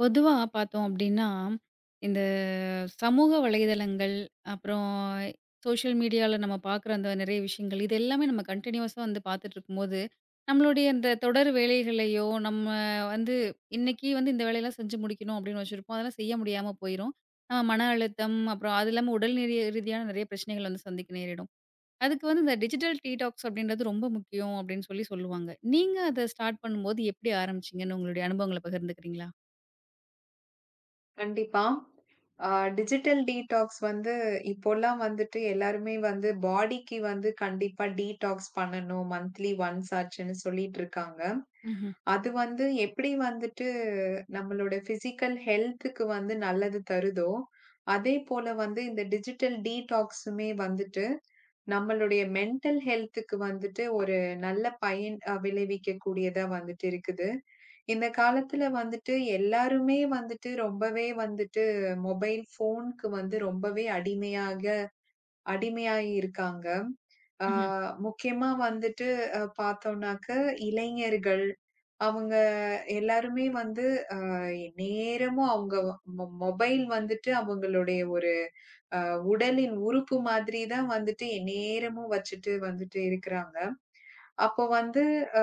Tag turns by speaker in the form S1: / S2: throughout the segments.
S1: பொதுவா பார்த்தோம் அப்டின்னா, இந்த சமூக வலைதளங்கள், அப்புறம் சோஷியல் மீடியால நம்ம பார்க்குற அந்த நெறைய விஷயங்கள், இது எல்லாமே நம்ம கன்டினியூஸா வந்து பார்த்துட்ருக்கும்போது, நம்மளுடைய அந்த தொடர் வேலைகளையோ, நம்ம வந்து இன்னைக்கு வந்து இந்த வேலையெல்லாம் செஞ்சு முடிக்கணும் அப்டின்னு வச்சிருப்போம். அதெல்லாம் செய்ய முடியாம போயிரும். மன அழுத்தம், அப்புறம் அது இல்லாம உடல் நிறை ரீதியான நெறைய பிரச்சனைகள் வந்து சந்திக்க நேரிடும். அதுக்கு வந்து இந்த டிஜிட்டல் டீடாக்ஸ் அப்டின்றது ரொம்ப முக்கியம் அப்டின்னு சொல்லி சொல்லுவாங்க. நீங்க அத ஸ்டார்ட் பண்ணும்போது எப்டி ஆரம்பிச்சீங்கன்னு உங்களுடைய அனுபவங்கள பகிர்ந்துக்கிறீங்களா?
S2: கண்டிப்பா. ஆ டிஜிட்டல் டீடாக்ஸ் வந்து இப்போலாம் வந்துட்டு எல்லாருமே வந்து பாடிக்கு வந்து கண்டிப்பா டீடாக்ஸ் பண்ணணும். மந்த்லி ஒன்ஸ் ஆச்சுன்னு சொல்லிட்டு இருக்காங்க.
S1: ம்ஹ்ம்.
S2: அது வந்து எப்படி வந்துட்டு நம்மளோட பிசிக்கல் ஹெல்த்துக்கு வந்து நல்லது தருதோ, அதே போல வந்து இந்த டிஜிட்டல் டீடாக்ஸுமே வந்துட்டு நம்மளுடைய மென்டல் ஹெல்த்துக்கு வந்துட்டு ஒரு நல்ல பயன் விளைவிக்கக்கூடியதா வந்துட்டு இருக்குது. இந்த காலத்துல வந்துட்டு எல்லாருமே வந்துட்டு ரொம்பவே வந்துட்டு மொபைல் ஃபோனுக்கு வந்து ரொம்பவே அடிமையாக அடிமையாகி இருக்காங்க. ஆ முக்கியமா வந்துட்டு பார்த்தோம்னாக்க இளைஞர்கள், அவங்க எல்லாருமே வந்து அ நேரமும் அவங்க மொபைல் வந்துட்டு அவங்களுடைய ஒரு அ உடலின் உறுப்பு மாதிரி தான் வந்துட்டு எந்நேரமும் வச்சுட்டு வந்துட்டு இருக்கிறாங்க. அப்போ வந்து அ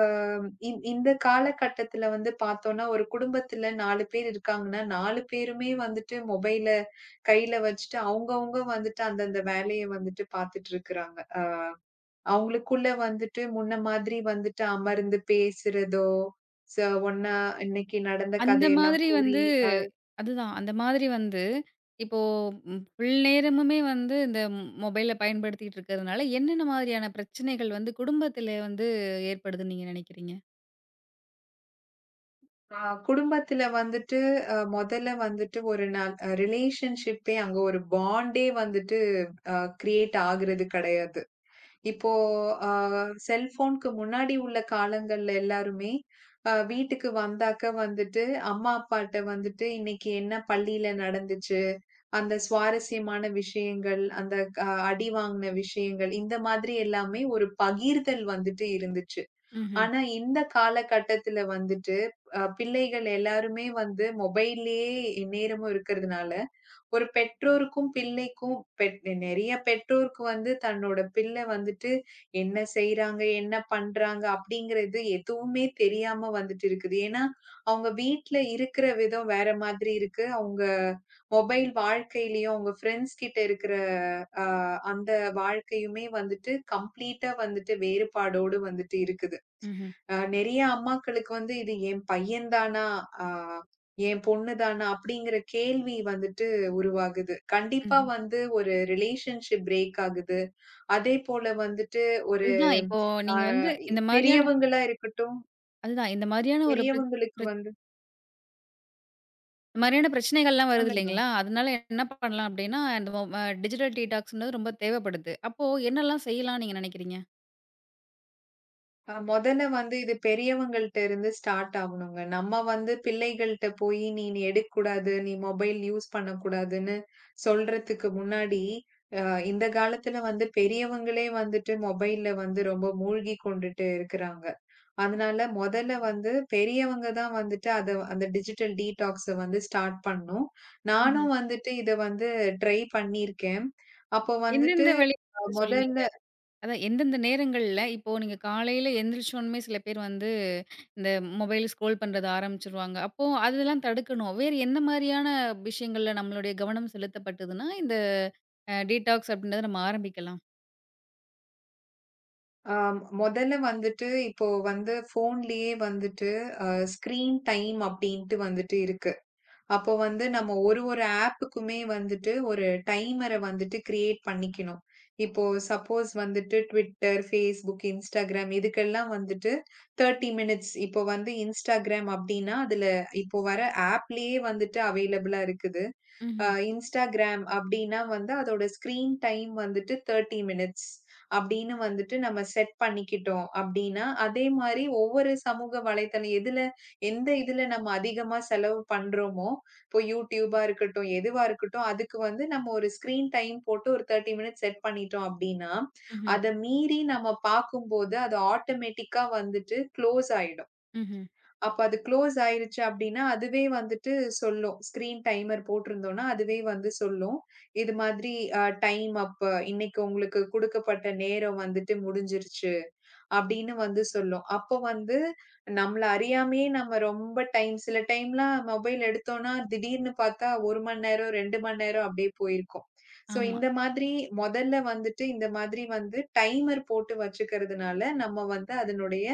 S2: இந்த காலகட்டத்தில வந்து பார்த்தோம்னா, ஒரு குடும்பத்தில 4 பேர் இருக்காங்கன்னா, 4 பேருமே வந்துட்டு மொபைல கையில வச்சுட்டு அவங்கவங்க வந்துட்டு அந்தந்த வேலைய வந்துட்டு பார்த்துட்டு இருக்கிறாங்க. அவங்களுக்குள்ள வந்துட்டு முன்ன மாதிரி வந்துட்டு அமர்ந்து பேசுறதோ, ச ஒண்ணா இன்னைக்கு நடந்த
S1: அந்த
S2: கதையெல்லாம்
S1: மாதிரி
S2: கூறி,
S1: வந்து அதுதான். அந்த மாதிரி வந்து இப்போ ஃபுல் நேரமுமே வந்து இந்த மொபைல பயன்படுத்திட்டு இருக்கிறதுனால, என்னென்ன மாதிரியான பிரச்சனைகள் வந்து குடும்பத்தில வந்து ஏற்படுதுன்னு நீங்க நினைக்கிறீங்க?
S2: அ குடும்பத்தில வந்துட்டு மொதல்ல வந்துட்டு ஒரு நாள் ரிலேஷன்ஷிப்பே அங்க ஒரு பாண்டே வந்துட்டு அ கிரியேட் ஆகுறது கிடையாது. இப்போ அ செல்ஃபோனுக்கு முன்னாடி உள்ள காலங்கள்ல எல்லாருமே, வீட்டுக்கு வந்தாக்க வந்துட்டு, அம்மா அப்பாட்ட வந்துட்டு இன்னைக்கு என்ன பள்ளியில நடந்துச்சு, அந்த சுவாரஸ்யமான விஷயங்கள், அந்த அடி வாங்குன விஷயங்கள், இந்த மாதிரி எல்லாமே ஒரு பகிர்தல் வந்துட்டு இருந்துச்சு.
S1: ம்ஹ்ம்,
S2: ஆனா இந்த காலகட்டத்துல வந்துட்டு, பிள்ளைகள் எல்லாருமே வந்து மொபைல்லயே நேரமும் இருக்கிறதுனால, ஒரு பெற்றோருக்கும் பிள்ளைக்கும் நெறைய பெற்றோருக்கு வந்து தன்னோட பிள்ளை வந்துட்டு என்ன செய்றாங்க? என்ன பண்றாங்க? அப்படிங்கிறது எதுவுமே தெரியாம வந்துட்டு இருக்குது. ஏன்னா, அவங்க வீட்ல இருக்கிற விதம் வேற மாதிரி இருக்கு. அவங்க மொபைல் வாழ்க்கையிலயும், அவங்க ஃப்ரெண்ட்ஸ் கிட்ட இருக்கிற அ அந்த வாழ்க்கையுமே வந்துட்டு கம்ப்ளீட்டா வந்துட்டு வேறுபாடோடு வந்துட்டு இருக்குது.
S1: ம்ஹ்ம்.
S2: நெறைய அம்மாக்களுக்கு வந்து இது என் பையன் தானா? அ என் பொண்ணு தானா? அப்படிங்கிற கேள்வி வந்துட்டு உருவாகுது. கண்டிப்பா
S1: ம்ஹ்ம்.
S2: வந்து ஒரு ரிலேஷன்ஷிப் பிரேக் ஆகுது. அதேபோல வந்துட்டு ஒரு
S1: அதுதான் இப்போ
S2: அ
S1: நீங்க வந்து இந்த மாதிரியான
S2: பெரியவங்களா இருக்கட்டும்,
S1: அதுதான். இந்த மாதிரியான ஒரு பிர
S2: பெரியவங்களுக்கு
S1: பிர
S2: வந்து
S1: இந்த மாதிரியான பிரச்சனைகள்லாம் வருது
S2: சொல்லுங்க.
S1: இல்லைங்களா? அதனால என்ன பண்ணலாம் அப்டின்னா, இந்த மொ அ டிஜிட்டல் டீடாக்ஸ்ன்றது ரொம்ப தேவைப்படுது. அப்போ என்னெல்லாம் செய்யலாம்னு நீங்க நினைக்கிறீங்க?
S2: மொதல்ல வந்து இது பெரியவங்கள்ட்ட இருந்து ஸ்டார்ட் ஆகணுங்க. நம்ம வந்து பிள்ளைகள்ட்ட போயி, "நீ நீ எடுக்கக்கூடாது. நீ மொபைல் யூஸ் பண்ணக்கூடாதுன்னு" சொல்றதுக்கு முன்னாடி இந்த காலத்துல வந்து பெரியவங்களே வந்துட்டு மொபைல்ல வந்து ரொம்ப மூழ்கி கொண்டுட்டு இருக்கிறாங்க. அதனால மொதல்ல வந்து பெரியவங்க தான் வந்துட்டு அத அந்த டிஜிட்டல் டீடாக்ஸ வந்து ஸ்டார்ட் பண்ணணும்.
S1: ம்ஹ்ம்.
S2: நானும் வந்துட்டு இத வந்து ட்ரை பண்ணியிருக்கேன். அப்போ வந்துட்டு
S1: எந்தெந்த வழி
S2: அ
S1: சொல்லுவீங்க?
S2: மொதல்ல
S1: அதான் எந்தெந்த நேரங்கள்ல இப்போ நீங்க காலையில எந்திரிச்சோன்மே சில பேர் வந்து இந்த மொபைல் ஸ்க்ரோல் பண்றது ஆரம்பிச்சிருவாங்க. அப்போ அதெல்லாம் தடுக்கணும். வேறு எந்த மாரியான விஷயங்கள்ல நம்மளுடைய கவனம் செலுத்தப்பட்டதுன்னா, இந்த டீடாக்ஸ் அப்படின்றத நம்ம ஆரம்பிக்கலாம்.
S2: அ மொதல்ல வந்துட்டு இப்போ வந்து ஃபோன்லயே வந்துட்டு அ ஸ்க்ரீன் டைம் அப்டின்ட்டு வந்துட்டு இருக்கு. அப்போ வந்து நம்ம ஒரு ஒரு ஆப்புக்குமே வந்துட்டு ஒரு டைமர வந்துட்டு கிரியேட் பண்ணிக்கணும். இப்போ சப்போஸ் வந்துட்டு Twitter, Facebook, Instagram இதுக்கெல்லாம் வந்துட்டு 30 மினிட்ஸ் இப்போ வந்து Instagram அப்டின்னா, அதுல இப்போ வர ஆப்லயே வந்துட்டு அவைலபிளா இருக்குது.
S1: ம்ஹ்ம்.
S2: Instagram அப்டின்னா வந்து அதோட ஸ்க்ரீன் டைம் வந்துட்டு 30 மினிட்ஸ் அப்டின்னு வந்துட்டு நம்ம செட் பண்ணிக்கிட்டோம் அப்டின்னா, அதே மாரி ஒவ்வொரு சமூக வலைத்தளம் எதுல எந்த இதுல நம்ம அதிகமா செலவு பண்றோமோ, இப்போ YouTubeஆ இருக்கட்டும், எதுவா இருக்கட்டும், அதுக்கு வந்து நம்ம ஒரு ஸ்க்ரீன் டைம் போட்டு ஒரு 30 மினிட்ஸ் செட் பண்ணிட்டோம் அப்டின்னா,
S1: ம்ஹ்ம்.
S2: அத மீறி நம்ம பாக்கும்போது அது ஆட்டோமேட்டிக்கா வந்துட்டு க்ளோஸ் ஆயிடும்.
S1: ம்ஹ்ம்.
S2: அப்ப அது க்ளோஸ் ஆயிருச்சு அப்டின்னா, அதுவே வந்துட்டு சொல்லும். ஸ்க்ரீன் டைமர் போட்டிருந்தோம்னா, அதுவே வந்து சொல்லும். இது மாதிரி அ டைம் அப் இன்னைக்கு உங்களுக்கு குடுக்கப்பட்ட நேரம் வந்துட்டு முடிஞ்சிருச்சு. அப்படின்னு வந்து சொல்லும். அப்போ வந்து நம்மள அறியாமயே நம்ம ரொம்ப டைம் சில டைம்லாம் மொபைல் எடுத்தோம்னா, திடீர்னு பார்த்தா 1 மணி நேரம், 2 மணி நேரம் அப்படியே போயிருக்கும். ஸோ
S1: ஆமா.
S2: இந்த மாதிரி மொதல்ல வந்துட்டு இந்த மாதிரி வந்து டைமர் போட்டு வச்சுக்கிறதுனால, நம்ம வந்து அதனுடைய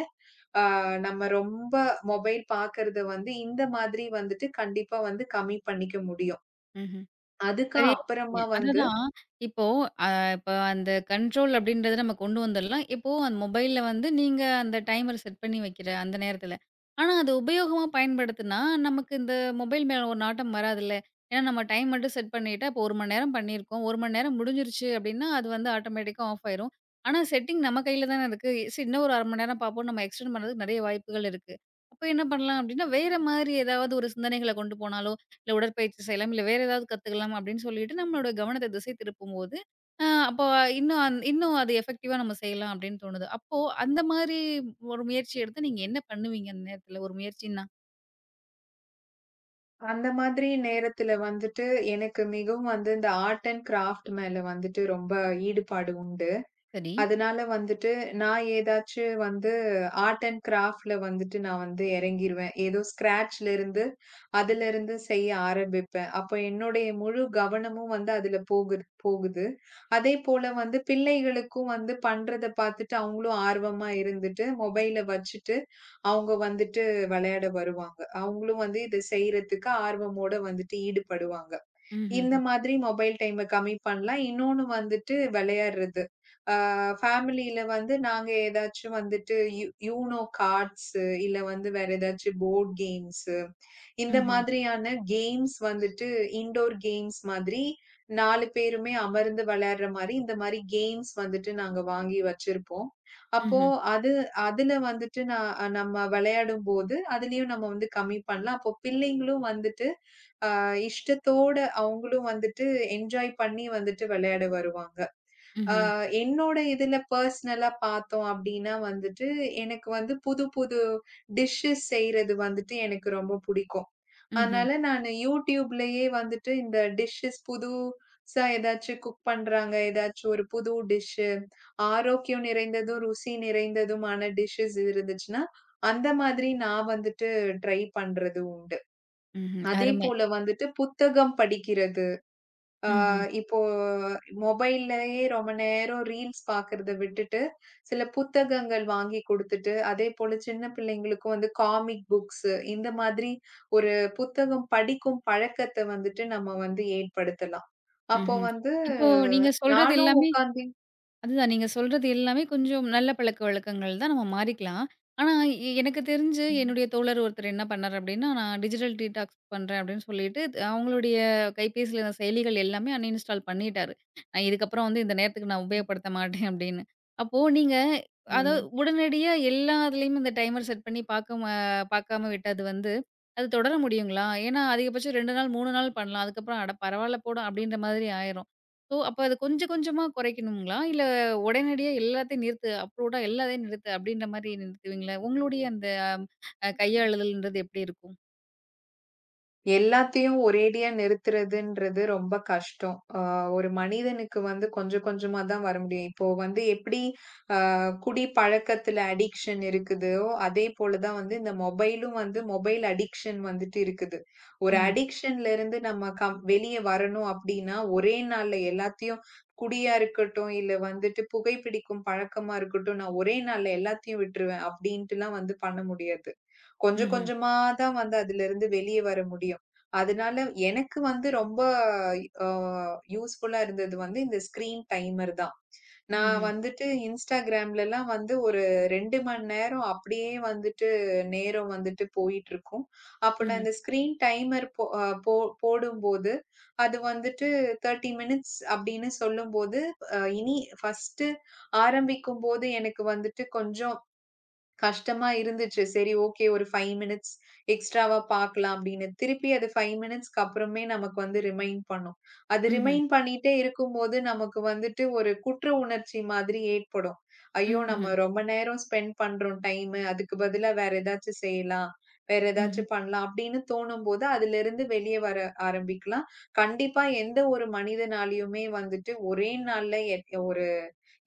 S2: ஆ நம்ம ரொம்ப மொபைல் பார்க்கறத வந்து இந்த மாதிரி வந்துட்டு கண்டிப்பா வந்து கம்மி பண்ணிக்க முடியும்.
S1: ம்ஹ்ம்.
S2: அதுக்கு
S1: சரியா
S2: அப்புறமா
S1: சொன்னீங்க.
S2: வந்து
S1: அதுதான். இப்போ அ இப்ப அந்த கண்ட்ரோல் அப்படின்றத நம்ம கொண்டு வந்துரலாம். இப்போ அந்த மொபைல்ல வந்து நீங்க அந்த டைமர் செட் பண்ணி வைக்கிற அந்த நேரத்துல. ஆனா, அது உபயோகமா பயன்படுத்துனா, நமக்கு இந்த மொபைல் மேல ஒரு நாட்டம் வராதுல்ல. ஏன்னா நம்ம டைம் மட்டும் செட் பண்ணிட்டா, இப்போ 1 மணி நேரம் பண்ணியிருக்கோம். 1 மணி நேரம் முடிஞ்சிருச்சு அப்படின்னா, அது வந்து ஆட்டோமேட்டிக்கா ஆஃப் ஆயிரும். ஆனா செட்டிங் நம்ம கையில தானே இருக்கு. சரி இன்னும் ஒரு 1/2 மணி நேரம் பார்ப்போம். நம்ம எக்ஸ்டெண்ட் பண்றதுக்கு நெறைய வாய்ப்புகள் இருக்கு. அப்ப என்ன பண்ணலாம் அப்படின்னா, வேற மாதிரி ஏதாவது ஒரு சிந்தனைகள கொண்டு போனாலோ இல்ல உடற்பயிற்சி செய்யலாம், இல்ல வேற ஏதாவது கத்துக்கலாம் அப்படின்னு சொல்லிட்டு நம்மளோட கவனத்த திசை திருப்பும்போது, அப்போ இன்னும் அது எஃபெக்டிவா நம்ம செய்யலாம் அப்படின்னு தோணுது. அப்போ அந்த மாரி ஒரு முயற்சி எடுத்து நீங்க என்ன பண்ணுவீங்க அந்த நேரத்துல? ஒரு முயற்சின்னா?
S2: அந்த மாதிரி நேரத்துல வந்துட்டு, எனக்கு மிகவும் வந்து இந்த ஆர்ட் அண்ட் கிராஃப்ட் மேல வந்துட்டு ரொம்ப ஈடுபாடு உண்டு.
S1: சரி.
S2: அதனால வந்துட்டு, நான் ஏதாச்சு வந்து ஆர்ட் அண்ட் கிராஃப்ட்ல வந்துட்டு நான் வந்து இறங்கிருவேன். ஏதோ ஸ்க்ராட்ச்ல இருந்து, அதுலருந்து செய்ய ஆரம்பிப்பேன். அப்ப என்னுடைய முழு கவனமும் வந்து அதுல போகுது போகுது. அதேபோல வந்து பிள்ளைகளுக்கும் வந்து பண்றத பார்த்துட்டு அவங்களும் ஆர்வமா இருந்துட்டு, மொபைல வச்சுட்டு, அவங்க வந்துட்டு விளையாட வருவாங்க. அவங்களும் வந்து இத செய்றதுக்கு ஆர்வமோட வந்துட்டு ஈடுபடுவாங்க. இந்த
S1: ம்ஹ்ஹ்ம்.
S2: மாதிரி மொபைல் டைம கம்மி பண்ணலாம். இன்னொன்னு வந்துட்டு விளையாடுறது. ஃபேமிலியில வந்து நாங்க ஏதாச்சும் வந்துட்டு யூனோ கார்ட்ஸ் இல்ல வந்து வேற ஏதாச்சும் போர்ட் கேம்ஸ் இந்த
S1: ம்ஹ்ம்.
S2: மாதிரியான கேம்ஸ் வந்துட்டு இன்டோர் கேம்ஸ் மாதிரி 4 பேருமே அமர்ந்து விளையாடுற மாதிரி இந்த மாதிரி கேம்ஸ் வந்துட்டு நாங்க வாங்கி வச்சிருப்போம். அப்போ
S1: ம்ஹ்ம்.
S2: அது அதுல வந்துட்டு நான் நம்ம விளையாடும்போது அதுலயும் நம்ம வந்து கம்மி பண்ணலாம். அப்போ பிள்ளைங்களும் வந்துட்டு இஷ்டத்தோட அவங்களும் வந்துட்டு என்ஜாய் பண்ணி வந்துட்டு விளையாட வருவாங்க. ஆ
S1: ம்ஹ்ம்.
S2: என்னோட இதுல பர்சனலா பார்த்தோம் அப்டின்னா வந்துட்டு, எனக்கு வந்து புது புது டிஷ்ஷஸ் செய்றது வந்துட்டு எனக்கு ரொம்ப புடிக்கும்.
S1: ம்ஹ்ம்.
S2: அதனால நானு YouTubeலயே வந்துட்டு இந்த டிஷ்ஷஸ் புதுசா ஏதாச்சும் குக் பண்றாங்க. ஏதாச்சும் ஒரு புது டிஷ்ஷு, ஆரோக்கியம் நிறைந்ததும், ருசி நிறைந்ததுமான டிஷ்ஷஸ் இருந்துச்சுன்னா, அந்த மாதிரி நான் வந்துட்டு ட்ரை பண்றது உண்டு.
S1: ம்ஹ்ம்.
S2: அதே
S1: அருமை.
S2: போல வந்துட்டு புத்தகம் படிக்கிறது.
S1: ம்ஹ்ம்.
S2: இப்போ மொபைல்லயே ரொம்ப நேரம் ரீல்ஸ் பாக்குறத விட்டுட்டு, சில புத்தகங்கள் வாங்கி குடுத்துட்டு, அதே போல சின்ன பிள்ளைங்களுக்கும் வந்து காமிக் புக்ஸ் இந்த மாதிரி ஒரு புத்தகம் படிக்கும் பழக்கத்த வந்துட்டு நம்ம வந்து ஏற்படுத்தலாம். அப்போ
S1: ம்ஹ்ம்.
S2: வந்து
S1: இப்போ நீங்க சொல்றது
S2: நானும்
S1: எல்லாமே
S2: உட்காந்து
S1: அதுதான் நீங்க சொல்றது எல்லாமே கொஞ்சம் நல்ல பழக்கவழக்கங்கள் தான். நம்ம மாறிக்கலாம். ஆனா, எனக்கு தெரிஞ்சு
S2: ம்.
S1: என்னுடைய தோழர் ஒருத்தர் என்ன பண்ணாரு அப்டின்னா, நான் டிஜிட்டல் டீடாக்ஸ் பண்றேன் அப்டின்னு சொல்லிட்டு, அவங்களுடைய கைபேசியில இருந்த செயலிகள் எல்லாமே அன்இன்ஸ்டால் பண்ணிட்டாரு. நான் இதுக்கப்புறம் வந்து இந்த நேரத்துக்கு நான் உபயோகப்படுத்த மாட்டேன் அப்டின்னு. அப்போ நீங்க அதாவது
S2: ம்.
S1: உடனடியா எல்லா இதுலயும் இந்த டைமர் செட் பண்ணி பாக்காம பாக்காம விட்டது வந்து, அது தொடர முடியுங்களா? ஏன்னா அதிகபட்சம் 2 நாள், 3 நாள் பண்ணலாம். அதுக்கப்புறம் அட பரவால்ல போடா அப்டின்ற மாதிரி ஆயிரும். ஓ! அப்ப அது கொஞ்சம் கொஞ்சமா குறைக்கணுங்களா? இல்ல உடனடியா எல்லாத்தையும் நிறுத்து, அப்ரூவ்டா எல்லாத்தையும் நிறுத்து அப்டின்ற மாரி நிறுத்துவீங்களா? உங்களுடைய அந்த கையாளுதல்ன்றது எப்டி இருக்கும்?
S2: எல்லாத்தையும் ஒரேடியா நிறுத்துறதுன்றது ரொம்ப கஷ்டம். ஒரு மனிதனுக்கு வந்து கொஞ்சம் கொஞ்சமா தான் வர முடியும். இப்போ வந்து எப்படி அ குடி பழக்கத்துல அடிக்ஷன் இருக்குதோ, அதே போல தான் வந்து இந்த மொபைலும் வந்து மொபைல் அடிக்ஷன் வந்துட்டு இருக்குது. ஒரு
S1: ம்ஹ்ம்,
S2: அடிக்ஷன்ல இருந்து நம்ம வெளிய வரணும் அப்டின்னா, ஒரே நாள்ல எல்லாத்தையும் குடியா இருக்கட்டும், இல்ல வந்துட்டு புகைப்பிடிக்கும் பழக்கமா இருக்கட்டும், நான் ஒரே நாள்ல எல்லாத்தையும் விட்டுருவேன் அப்டின்ட்டுலாம் வந்து பண்ண முடியாது. கொஞ்சம்
S1: ம்ஹ்ம்,
S2: கொஞ்சமா தான் வந்து அதுலருந்து வெளிய வர முடியும். அதனால எனக்கு வந்து ரொம்ப அ யூஸ்ஃபுல்லா இருந்தது வந்து இந்த ஸ்க்ரீன் டைமர் தான். நான்
S1: ம்ஹ்ம்,
S2: வந்துட்டு Instagramலலாம் வந்து ஒரு 2 மணி நேரம் அப்படியே வந்துட்டு நேரம் வந்துட்டு போயிட்டுருக்கும். அப்ப நான்
S1: ம்ஹ்ம்,
S2: இந்த ஸ்க்ரீன் டைமர் போ அ போ போடும்போது, அது வந்துட்டு 30 மினிட்ஸ் அப்படின்னு சொல்லும்போது, இனி ஃபர்ஸ்ட்டு ஆரம்பிக்கும்போது எனக்கு வந்துட்டு கொஞ்சம் கஷ்டமா இருந்துச்சு. சரி, ஓகே, ஒரு 5 மினிட்ஸ் எக்ஸ்ட்ராவா பார்க்கலாம் அப்படின்னு. திருப்பி அது 5 மினிட்ஸ்க்கு அப்புறமே நமக்கு வந்து ரிமைண்ட் பண்ணும். அது
S1: ம்ஹ்ம்,
S2: ரிமைண்ட் பண்ணிட்டே இருக்கும்போது நமக்கு வந்துட்டு ஒரு குற்ற உணர்ச்சி மாதிரி ஏற்படும். ஐயோ!
S1: ம்ஹ்ம்,
S2: நம்ம ரொம்ப நேரம் ஸ்பெண்ட் பண்றோம் டைமு. அதுக்கு பதிலா வேற ஏதாச்சும் செய்யலாம். வேற
S1: ம்ஹ்ம்,
S2: ஏதாச்சும் பண்ணலாம் அப்படின்னு தோணும்போது, அதிலிருந்து வெளிய வர ஆரம்பிக்கலாம். கண்டிப்பா எந்த ஒரு மனிதனாலயுமே வந்துட்டு ஒரே நாள்ல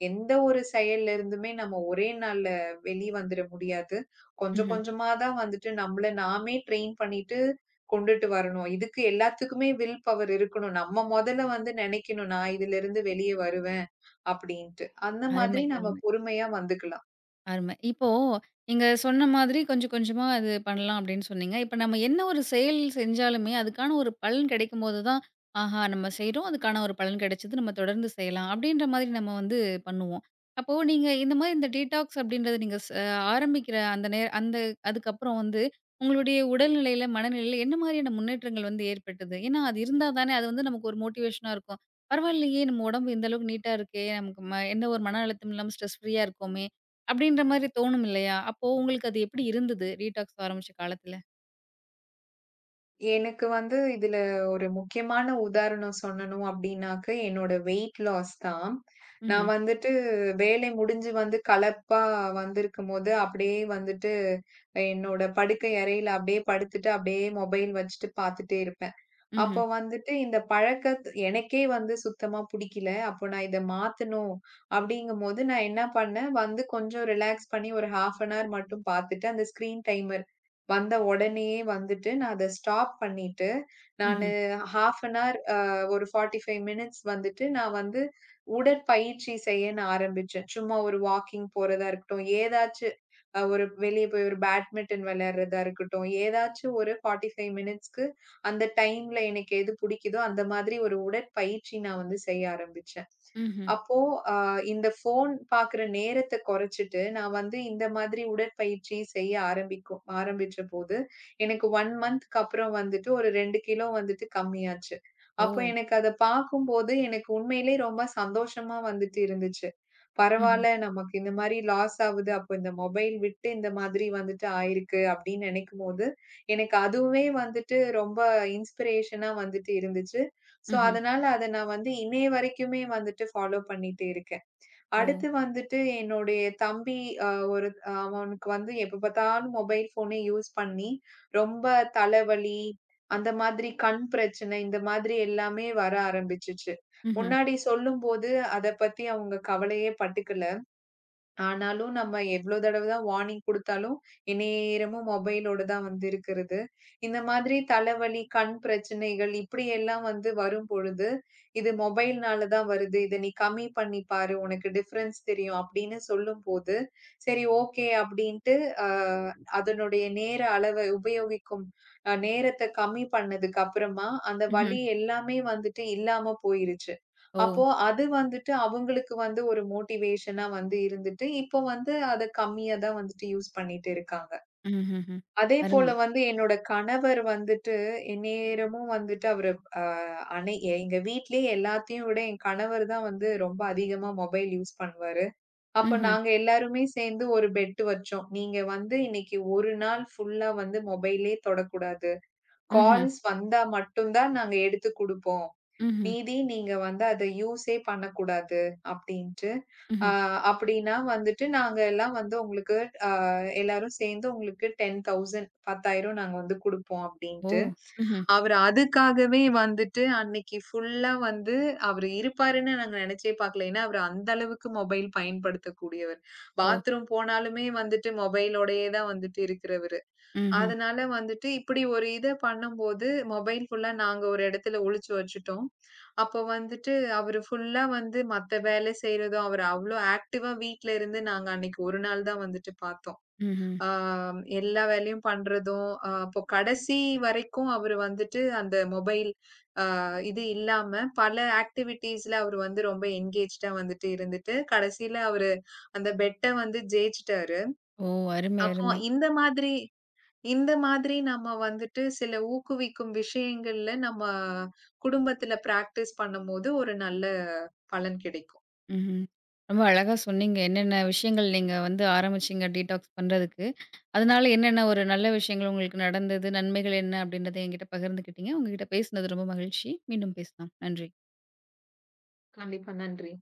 S2: எந்த ஒரு செயல்ல இருந்துமே நம்ம ஒரே நாள்ல வெளி வந்துர முடியாது. கொஞ்சம்
S1: ம்ஹ்ம்.
S2: கொஞ்சமா தான் வந்துட்டு நம்மள நாமே ட்ரெயின் பண்ணிட்டு கொண்டுட்டு வரணும். இதுக்கு எல்லாத்துக்குமே வில் பவர் இருக்கணும். நம்ம மொதல்ல வந்து நெனைக்கணும், "நான் இதுலருந்து வெளிய வருவேன்" அப்படின்ட்டு. அந்த
S1: அருமை.
S2: மாதிரி நம்ம பொறுமையா வந்துக்கலாம்.
S1: அருமை. இப்போ நீங்க சொன்ன மாதிரி கொஞ்சம் கொஞ்சமா அது பண்ணலாம் அப்படின்னு சொன்னீங்க. இப்ப நம்ம என்ன ஒரு செயல் செஞ்சாலுமே, அதுக்கான ஒரு பலன் கிடைக்கும்போது தான், ஆஹா! நம்ம செய்றோம். அதுக்கான ஒரு பலன் கிடைச்சது. நம்ம தொடர்ந்து செய்யலாம். அப்படின்ற மாதிரி நம்ம வந்து பண்ணுவோம். அப்போ நீங்க இந்த மாதிரி இந்த டீடாக்ஸ் அப்படின்றத நீங்க ஆரம்பிக்கிற அந்த நே அந்த அதுக்கப்புறம் வந்து உங்களுடைய உடல்நிலையில, மனநிலையில என்ன மாதிரியான முன்னேற்றங்கள் வந்து ஏற்பட்டது? ஏன்னா அது இருந்தா தானே அது வந்து நமக்கு ஒரு மோட்டிவேஷனா இருக்கும். பரவாயில்லையே! நம்ம உடம்பு இந்த அளவுக்கு நீட்டா இருக்கே! நமக்கு எந்த ஒரு மன அழுத்தமும் இல்லாம ஸ்ட்ரெஸ் ஃப்ரீயா இருக்கோமே! அப்படின்ற மாரி தோணும் இல்லையா? அப்போ உங்களுக்கு அது எப்படி இருந்தது? டீடாக்ஸ் ஆரம்பிச்ச காலத்துல?
S2: எனக்கு வந்து இதுல ஒரு முக்கியமான உதாரணம் சொல்லணும் அப்டின்னாக்க, என்னோட வெயிட் லாஸ் தான்.
S1: ம்ஹ்ம்.
S2: நான் வந்துட்டு வேலை முடிஞ்சு வந்து களைப்பா வந்திருக்கும்போது, அப்படியே வந்துட்டு என்னோட படுக்கை அறையில அப்படியே படுத்துட்டு, அப்படியே மொபைல் வச்சுட்டு பாத்துட்டே இருப்பேன்.
S1: ம்ஹ்ம்.
S2: அப்போ வந்துட்டு இந்த எனக்கே வந்து சுத்தமா புடிக்கல. அப்போ நான் இத மாத்தணும் அப்படிங்கும்போது, நான் என்ன பண்ணேன், வந்து கொஞ்சம் ரிலாக்ஸ் பண்ணி ஒரு 1/2 அன் ஹவர் மட்டும் பாத்துட்டு, அந்த ஸ்க்ரீன் டைமர் வந்த உடனேயே வந்துட்டு, நான் அத ஸ்டாப் பண்ணிட்டு, நானு
S1: ம்ஹ்ம்.
S2: 1/2 அன் ஹவர் ஒரு 45 மினிட்ஸ் வந்துட்டு, நான் வந்து உடற்பயிற்சி செய்ய நான் ஆரம்பிச்சேன். சும்மா ஒரு வாக்கிங் போறதா இருக்கட்டும், ஏதாச்சு ஒரு வெளிய போய் ஒரு பேட்மிட்டன் விளையாடுறதா இருக்கட்டும், ஏதாச்சும் ஒரு 45 மினிட்ஸ் அந்த டைம்ல எனக்கு எது பிடிக்குதோ, அந்த மாதிரி ஒரு உடற்பயிற்சி நான் வந்து செய்ய ஆரம்பிச்சேன்.
S1: ம்ஹ்ம்.
S2: அப்போ அ இந்த ஃபோன் பாக்குற நேரத்த குறைச்சிட்டு, நான் வந்து இந்த மாதிரி உடற்பயிற்சி செய்ய ஆரம்பிச்சபோது, எனக்கு 1 மந்த்க்கு அப்புறம் வந்துட்டு ஒரு 2 கிலோ வந்துட்டு கம்மியாச்சு.
S1: ஓ!
S2: அப்போ எனக்கு அத பார்க்கும்போது, எனக்கு உண்மையிலேயே ரொம்ப சந்தோஷமா வந்துட்டு இருந்துச்சு.
S1: ம்ஹ்ம்.
S2: பரவால்ல நமக்கு இந்த மாரி லாஸ் ஆவுது. அப்போ இந்த மொபைல் விட்டு இந்த மாதிரி வந்துட்டு ஆயிருக்கு அப்படின்னு நினைக்கும்போது, எனக்கு அதுவுமே வந்துட்டு ரொம்ப இன்ஸ்பிரேஷனா வந்துட்டு இருந்துச்சு. ஸோ,
S1: ம்ஹ்ம்.
S2: அதனால அத நான் வந்து இன்னைய வரைக்குமே வந்துட்டு ஃபாலோ பண்ணிட்டு இருக்கேன்.
S1: ஓ!
S2: அடுத்து வந்துட்டு என்னுடைய தம்பி அ ஒரு அவனுக்கு வந்து எப்ப பார்த்தாலும் மொபைல் ஃபோனே யூஸ் பண்ணி ரொம்ப தலைவலி, அந்த மாதிரி கண் பிரச்சனை, இந்த மாதிரி எல்லாமே வர ஆரம்பிச்சுச்சு.
S1: ம்ஹ்ம்.
S2: முன்னாடி சொல்லும்போது அத பத்தி அவங்க கவலையே பட்டுக்கல. ஆனாலும் நம்ம எவ்ளோ தடவ தான் வார்னிங் குடுத்தாலும், எந்நேரமும் மொபைலோட தான் வந்து இருக்கிறது. இந்த மாதிரி தலைவலி, கண் பிரச்சனைகள் இப்படியெல்லாம் வந்து வரும்பொழுது, "இது மொபைல்னால தான் வருது. இத நீ கம்மி பண்ணி பாரு. உனக்கு டிஃபரன்ஸ் தெரியும்." அப்படின்னு சொல்லும்போது, சரி, ஓகே, அப்படின்ட்டு அ அதனுடைய நேர அளவை உபயோகிக்கும் நேரத்த கம்மி பண்ணதுக்கு அப்புறமா, அந்த
S1: ம்ஹ்ம்.
S2: வலி எல்லாமே வந்துட்டு இல்லாம போயிருச்சு.
S1: ஓ!
S2: அப்போ அது வந்துட்டு அவங்களுக்கு வந்து ஒரு மோட்டிவேஷனா வந்து இருந்துட்டு, இப்போ வந்து அத கம்மியா தான் வந்துட்டு யூஸ் பண்ணிட்டு இருக்காங்க.
S1: ம்ஹ்ஹ்ம்.
S2: அதே போல
S1: அருமை.
S2: வந்து என்னோட கணவர் வந்துட்டு எந்நேரமும் வந்துட்டு அவரு அ அனை எங்க வீட்லயே எல்லாத்தையும் விட என் கணவர் தான் வந்து ரொம்ப அதிகமா மொபைல் யூஸ் பண்ணுவாரு. அப்ப
S1: ம்ஹ்ம்.
S2: நாங்க எல்லாருமே சேர்ந்து ஒரு பெட் வச்சோம். நீங்க வந்து இன்னைக்கு ஒரு நாள் ஃபுல்லா வந்து மொபைலே தொடக்கூடாது.
S1: ம்ஹ்ம்.
S2: கால்ஸ் வந்தா மட்டும் தான் நாங்க எடுத்து குடுப்போம்.
S1: ம்ஹ்ம்.
S2: மீதி நீங்க வந்து அத யூஸே பண்ணக்கூடாது அப்டின்ட்டு. அ
S1: ம்ஹ்ம்.
S2: அப்டின்னா வந்துட்டு நாங்க எல்லாம் வந்து உங்களுக்கு எல்லாரும் சேர்ந்து உங்களுக்கு 10,000 நாங்க வந்து குடுப்போம்
S1: ஓ!
S2: அப்டின்ட்டு.
S1: ம்ஹ்ம்.
S2: அவரு அதுக்காகவே வந்துட்டு அன்னைக்கு ஃபுல்லா வந்து அவரு இருப்பாருன்னு நாங்க நெனச்சே பார்க்கல. ஏன்னா, அவரு அந்த அளவுக்கு மொபைல் பயன்படுத்தக்கூடியவர்.
S1: ஓ!
S2: பாத்ரூம் போனாலுமே வந்துட்டு மொபைலோடயே தான் வந்துட்டு இருக்கிறவரு.
S1: ம்ஹ்ம்.
S2: அதனால வந்துட்டு இப்படி ஒரு இத பண்ணும்போது, மொபைல் ஃபுல்லா நாங்க ஒரு இடத்துல ஒழிச்சு வச்சுட்டோம். அப்போ வந்துட்டு அவரு ஃபுல்லா வந்து மத்த வேலை செய்றதும், அவரு அவ்ளோ ஆக்டிவா வீட்ல இருந்து நாங்க அன்னைக்கு ஒரு நாள் தான் வந்துட்டு பார்த்தோம்.
S1: ம்ஹ்ம்.
S2: ஆ எல்லா வேலையும் பண்றதும், அப்போ கடைசி வரைக்கும் அவரு வந்துட்டு அந்த மொபைல் இது இல்லாம பல ஆக்டிவிட்டீஸ்ல அவரு வந்து ரொம்ப என்கேஜ்டா வந்துட்டு இருந்துட்டு, கடைசில அவரு அந்த பெட்ட வந்து ஜெயிச்சுட்டாரு.
S1: ஓ! அருமை,
S2: அப்போ
S1: அருமை.
S2: இந்த மாதிரி இந்த மாதிரி நம்ம வந்துட்டு சில ஊக்குவிக்கும் விஷயங்கள்ல நம்ம குடும்பத்துல பிராக்டிஸ் பண்ணும்போது ஒரு நல்ல பலன் கிடைக்கும்.
S1: ம்ஹ்ம். ரொம்ப அழகா சொன்னீங்க. என்னென்ன விஷயங்கள் நீங்க வந்து ஆரம்பிச்சீங்க டீடாக்ஸ் பண்றதுக்கு? அதனால என்னென்ன ஒரு நல்ல விஷயங்கள் உங்களுக்கு நடந்தது? நன்மைகள் என்ன? அப்படின்றத என்கிட்ட பகிர்ந்துக்கிட்டீங்க. உங்ககிட்ட பேசினது ரொம்ப மகிழ்ச்சி. மீண்டும் பேசலாம். நன்றி.
S2: கண்டிப்பா. நன்றி.